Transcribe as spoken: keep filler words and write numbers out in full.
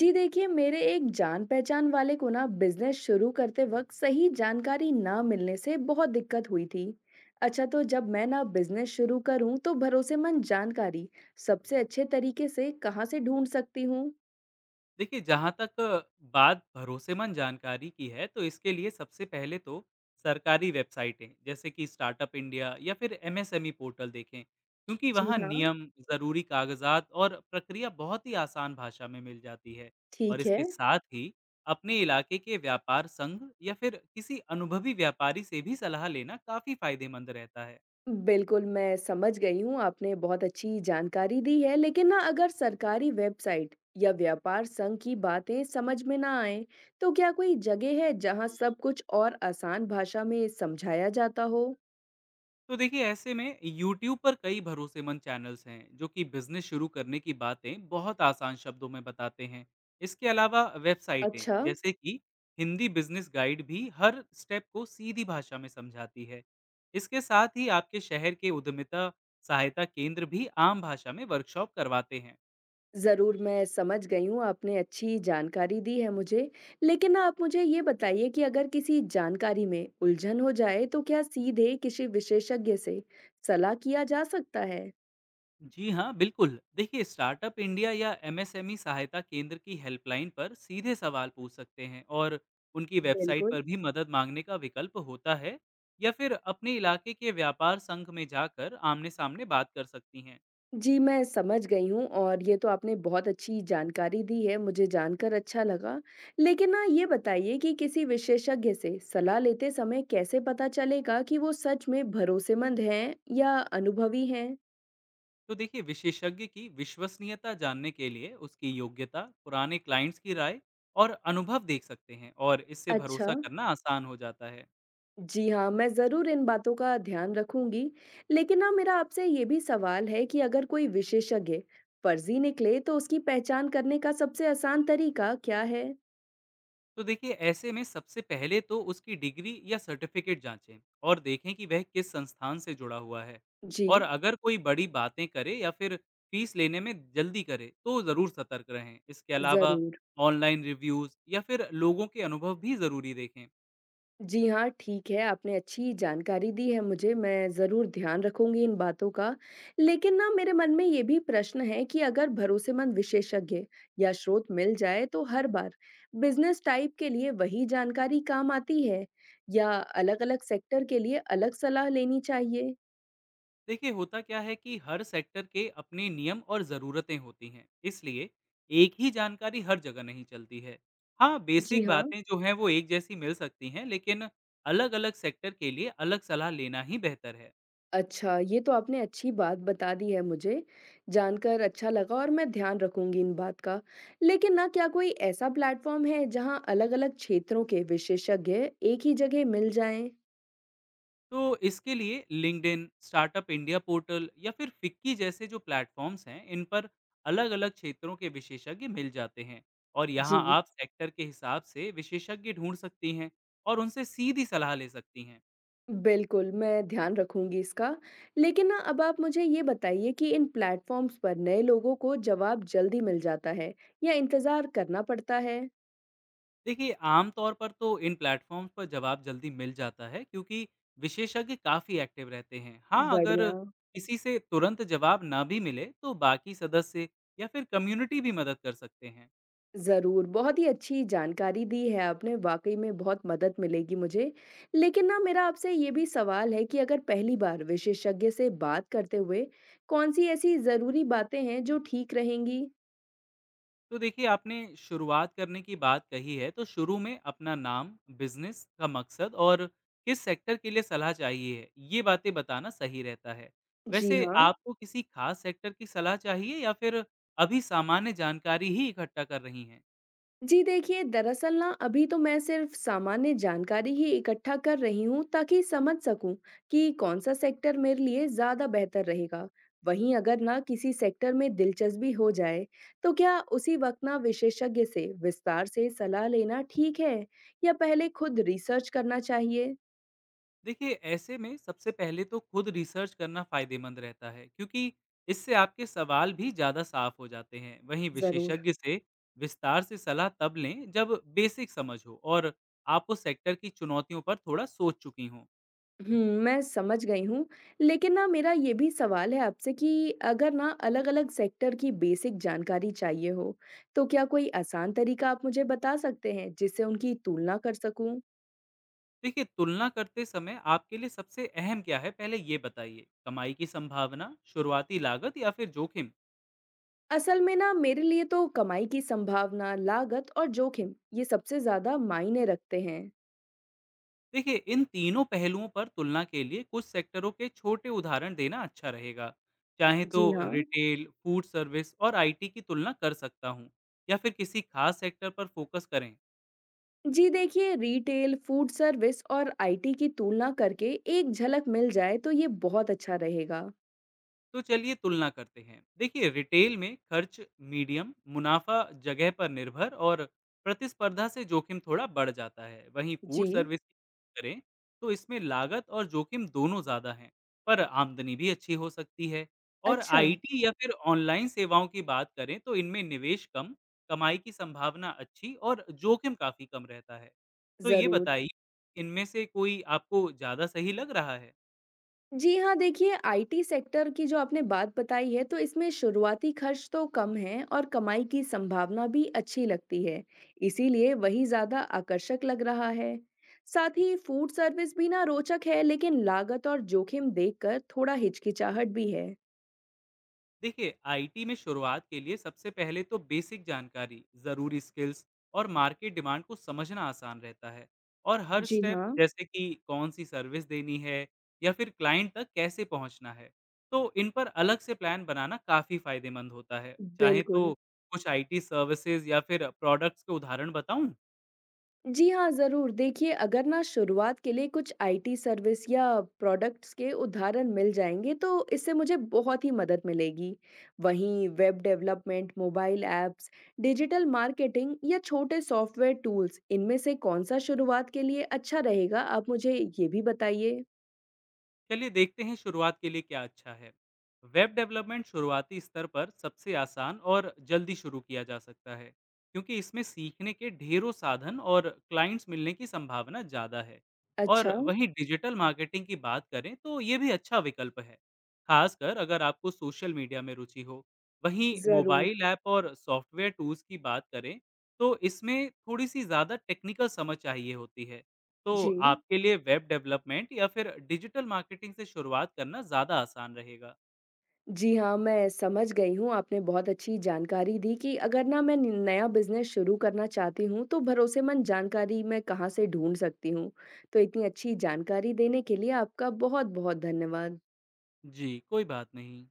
जी देखिए मेरे एक जान पहचान वाले को ना बिजनेस शुरू करते वक्त सही जानकारी ना मिलने से बहुत दिक्कत हुई थी। अच्छा, तो जब मैं ना बिजनेस शुरू करूं तो भरोसेमंद जानकारी सबसे अच्छे तरीके से कहाँ से ढूंढ सकती हूँ? देखिए, जहाँ तक बात भरोसेमंद जानकारी की है, तो इसके लिए सबसे पहले तो सरकारी वेबसाइटें, जैसे कि स्टार्टअप इंडिया या फिर M S M E portal देखें, क्योंकि जी वहाँ हाँ। नियम, ज़रूरी कागजात और प्रक्रिया बहुत ही आसान भाषा में मिल जाती है। और ठीक है। इसके साथ ही अपने इलाके के व्यापार संघ या फिर किसी अनुभवी व्यापारी से भी सलाह लेना काफ़ी फायदेमंद रहता है। बिल्कुल, मैं समझ गई हूँ, आपने बहुत अच्छी जानकारी दी है। लेकिन ना अगर सरकारी वेबसाइट या व्यापार संघ की बातें समझ में ना आए तो क्या कोई जगह है जहाँ सब कुछ और आसान भाषा में समझाया जाता हो? तो देखिए, ऐसे में यूट्यूब पर कई भरोसेमंद चैनल्स हैं जो कि बिजनेस शुरू करने की बातें बहुत आसान शब्दों में बताते हैं। इसके अलावा वेबसाइटें अच्छा। जैसे कि हिंदी बिजनेस गाइड भी हर स्टेप को सीधी भाषा में समझाती है। इसके साथ ही आपके शहर के उद्यमिता सहायता केंद्र भी आम भाषा में वर्कशॉप करवाते हैं। ज़रूर, मैं समझ गई हूँ, आपने अच्छी जानकारी दी है मुझे। लेकिन ना आप मुझे ये बताइए कि अगर किसी जानकारी में उलझन हो जाए तो क्या सीधे किसी विशेषज्ञ से सलाह किया जा सकता है? जी हाँ, बिल्कुल। देखिए, स्टार्टअप इंडिया या एम एस एम ई सहायता केंद्र की हेल्पलाइन पर सीधे सवाल पूछ सकते हैं और उनकी वेबसाइट बिल्कुल। पर भी मदद मांगने का विकल्प होता है, या फिर अपने इलाके के व्यापार संघ में जाकर आमने-सामने बात कर सकती हैं। जी, मैं समझ गई हूँ और ये तो आपने बहुत अच्छी जानकारी दी है, मुझे जानकर अच्छा लगा। लेकिन ना ये बताइए कि किसी विशेषज्ञ से सलाह लेते समय कैसे पता चलेगा कि वो सच में भरोसेमंद हैं या अनुभवी हैं? तो देखिए, विशेषज्ञ की विश्वसनीयता जानने के लिए उसकी योग्यता, पुराने क्लाइंट्स की राय और अनुभव देख सकते हैं, और इससे अच्छा। भरोसा करना आसान हो जाता है। जी हाँ, मैं ज़रूर इन बातों का ध्यान रखूँगी। लेकिन ना मेरा आपसे ये भी सवाल है कि अगर कोई विशेषज्ञ फर्ज़ी निकले तो उसकी पहचान करने का सबसे आसान तरीका क्या है? तो देखिए, ऐसे में सबसे पहले तो उसकी डिग्री या सर्टिफिकेट जांचें और देखें कि वह किस संस्थान से जुड़ा हुआ है। जी, और अगर कोई बड़ी बातें करे या फिर फीस लेने में जल्दी करे तो ज़रूर सतर्क रहें। इसके अलावा ज़रूर। ऑनलाइन रिव्यूज़ या फिर लोगों के अनुभव भी ज़रूरी देखें। जी हाँ, ठीक है, आपने अच्छी जानकारी दी है मुझे, मैं ज़रूर ध्यान रखूँगी इन बातों का। लेकिन ना मेरे मन में ये भी प्रश्न है कि अगर भरोसेमंद विशेषज्ञ या स्रोत मिल जाए तो हर बार बिज़नेस टाइप के लिए वही जानकारी काम आती है या अलग-अलग सेक्टर के लिए अलग सलाह लेनी चाहिए? देखिए, होता क्या है कि हर सेक्टर के अपने नियम और ज़रूरतें होती हैं, इसलिए एक ही जानकारी हर जगह नहीं चलती है। हाँ, जी बेसिक हाँ। बातें जो हैं वो एक जैसी मिल सकती हैं, लेकिन अलग अलग सेक्टर के लिए अलग सलाह लेना ही बेहतर है। अच्छा, ये तो आपने अच्छी बात बता दी है मुझे, जानकर अच्छा लगा और मैं ध्यान रखूँगी इन बात का। लेकिन ना क्या कोई ऐसा प्लेटफ़ॉर्म है जहाँ अलग-अलग क्षेत्रों के विशेषज्ञ एक ही जगह मिल जाएँ? तो इसके लिए लिंक्डइन, स्टार्टअप इंडिया पोर्टल या फिर फिक्की जैसे जो प्लेटफॉर्म्स हैं, इन पर अलग अलग क्षेत्रों के विशेषज्ञ मिल जाते हैं। और यहाँ जी। आप सेक्टर के हिसाब से विशेषज्ञ ढूंढ सकती हैं और उनसे सीधी सलाह ले सकती हैं। बिल्कुल, मैं ध्यान रखूँगी इसका। लेकिन ना अब आप मुझे ये बताइए कि इन प्लेटफ़ॉर्म्स पर नए लोगों को जवाब जल्दी मिल जाता है या इंतज़ार करना पड़ता है? देखिए, आम तौर पर तो इन प्लेटफ़ॉर्म्स पर जवाब जल्दी मिल जाता है क्योंकि विशेषज्ञ काफ़ी एक्टिव रहते हैं। हाँ, अगर बढ़िया। किसी से तुरंत जवाब ना भी मिले तो बाकी सदस्य या फिर कम्युनिटी भी मदद कर सकते हैं। ज़रूर, बहुत ही अच्छी जानकारी दी है आपने, वाक़ई में बहुत मदद मिलेगी मुझे। लेकिन ना मेरा आपसे ये भी सवाल है कि अगर पहली बार विशेषज्ञ से बात करते हुए, कौन-सी ऐसी ज़रूरी बातें हैं जो ठीक रहेंगी? तो देखिए, आपने शुरुआत करने की बात कही है, तो शुरू में अपना नाम, बिज़नेस का मकसद और किस सेक्टर के लिए सलाह चाहिए है, ये बातें बताना सही रहता है। जी वैसे हाँ। आपको किसी खास सेक्टर की सलाह चाहिए या फिर अभी सामान्य जानकारी ही इकट्ठा कर रही हैं? जी देखिए, दरअसल ना अभी तो मैं सिर्फ सामान्य जानकारी ही इकट्ठा कर रही हूँ ताकि समझ सकूँ कि कौन-सा सेक्टर मेरे लिए ज़्यादा बेहतर रहेगा। वहीं अगर ना किसी सेक्टर में दिलचस्पी हो जाए, तो क्या उसी वक्त ना विशेषज्ञ से विस्तार से सलाह लेना ठीक है या पहले खुद रिसर्च करना चाहिए? देखिए, ऐसे में सबसे पहले तो खुद रिसर्च करना फायदेमंद रहता है, क्योंकि इससे आपके सवाल भी ज़्यादा साफ हो जाते हैं। वहीं ज़रूर। विशेषज्ञ से विस्तार से सलाह तब लें जब बेसिक समझ हो और आप उस सेक्टर की चुनौतियों पर थोड़ा सोच चुकी हों। हुँ, मैं समझ गई हूँ। लेकिन ना मेरा ये भी सवाल है आपसे कि अगर ना अलग-अलग सेक्टर की बेसिक जानकारी चाहिए हो, तो क्या कोई आसान तरीका आप मुझे बता सकते हैं जिससे उनकी तुलना कर सकूँ? देखिए, तुलना करते समय आपके लिए सबसे अहम क्या है, पहले ये बताइए। कमाई की संभावना, शुरुआती लागत या फिर जोखिम? असल में ना मेरे लिए तो कमाई की संभावना, लागत और जोखिम ये सबसे ज़्यादा मायने रखते हैं। देखिए, इन तीनों पहलुओं पर तुलना के लिए कुछ सेक्टरों के छोटे उदाहरण देना अच्छा रहेगा। चाहे तो जी हाँ। रिटेल, फूड सर्विस और आई टी की तुलना कर सकता हूँ, या फिर किसी खास सेक्टर पर फोकस करें। जी देखिए, रिटेल, फूड सर्विस और आई टी की तुलना करके एक झलक मिल जाए तो ये बहुत अच्छा रहेगा। तो चलिए तुलना करते हैं। देखिए, रिटेल में खर्च मीडियम, मुनाफा जगह पर निर्भर और प्रतिस्पर्धा से जोखिम थोड़ा बढ़ जाता है। वहीं जी, फूड सर्विस की बात करें तो इसमें लागत और जोखिम दोनों ज़्यादा हैं, पर आमदनी भी अच्छी हो सकती है। और अच्छा, आईटी या फिर ऑनलाइन सेवाओं की बात करें तो इनमें निवेश कम, कमाई की संभावना अच्छी और जोखिम काफ़ी कम रहता है। तो ये ज़रूर। बताइए, इनमें से कोई आपको ज़्यादा सही लग रहा है? जी हाँ, देखिए आई टी सेक्टर की जो आपने बात बताई है, तो इसमें शुरुआती खर्च तो कम है और कमाई की संभावना भी अच्छी लगती है। इसीलिए वही ज़्यादा आकर्षक लग रहा है। साथ ही फूड सर्विस भी ना रोचक है, लेकिन लागत और जोखिम देखकर थोड़ा हिचकिचाहट भी है। देखिए, आई टी में शुरुआत के लिए सबसे पहले तो बेसिक जानकारी, ज़रूरी स्किल्स और मार्केट डिमांड को समझना आसान रहता है। और हर जी स्टेप, हाँ, जैसे कि कौन सी सर्विस देनी है या फिर क्लाइंट तक कैसे पहुंचना है, तो इन पर अलग से प्लान बनाना काफ़ी फायदेमंद होता है। चाहे तो बिल्कुल। कुछ आई टी सर्विसेज या फिर प्रोडक्ट्स के उदाहरण बताऊं? जी हाँ, ज़रूर। देखिए, अगर ना शुरुआत के लिए कुछ आई टी सर्विस या प्रोडक्ट्स के उदाहरण मिल जाएँगे, तो इससे मुझे बहुत ही मदद मिलेगी। वहीं web development, mobile apps, digital marketing या छोटे सॉफ्टवेयर टूल्स, इनमें से कौन-सा शुरुआत के लिए अच्छा रहेगा, आप मुझे ये भी बताइए? चलिए देखते हैं शुरुआत के लिए क्या अच्छा है। वेब डेवलपमेंट शुरुआती स्तर पर सबसे आसान और जल्दी शुरू किया जा सकता है, क्योंकि इसमें सीखने के ढेरों साधन और क्लाइंट्स मिलने की संभावना ज़्यादा है। और अच्छा, वहीं डिजिटल मार्केटिंग की बात करें तो ये भी अच्छा विकल्प है, खासकर अगर आपको सोशल मीडिया में रुचि हो। वहीं ज़रूर। मोबाइल ऐप और सॉफ्टवेयर टूल्स की बात करें तो इसमें थोड़ी सी ज़्यादा टेक्निकल समझ चाहिए होती है। तो जी। आपके लिए वेब डेवलपमेंट या फिर डिजिटल मार्केटिंग से शुरुआत करना ज़्यादा आसान रहेगा। जी हाँ, मैं समझ गई हूँ। आपने बहुत अच्छी जानकारी दी कि अगर ना मैं न नया बिज़नेस शुरू करना चाहती हूँ, तो भरोसेमंद जानकारी मैं कहाँ से ढूँढ सकती हूँ। तो इतनी अच्छी जानकारी देने के लिए आपका बहुत-बहुत धन्यवाद। जी, कोई बात नहीं।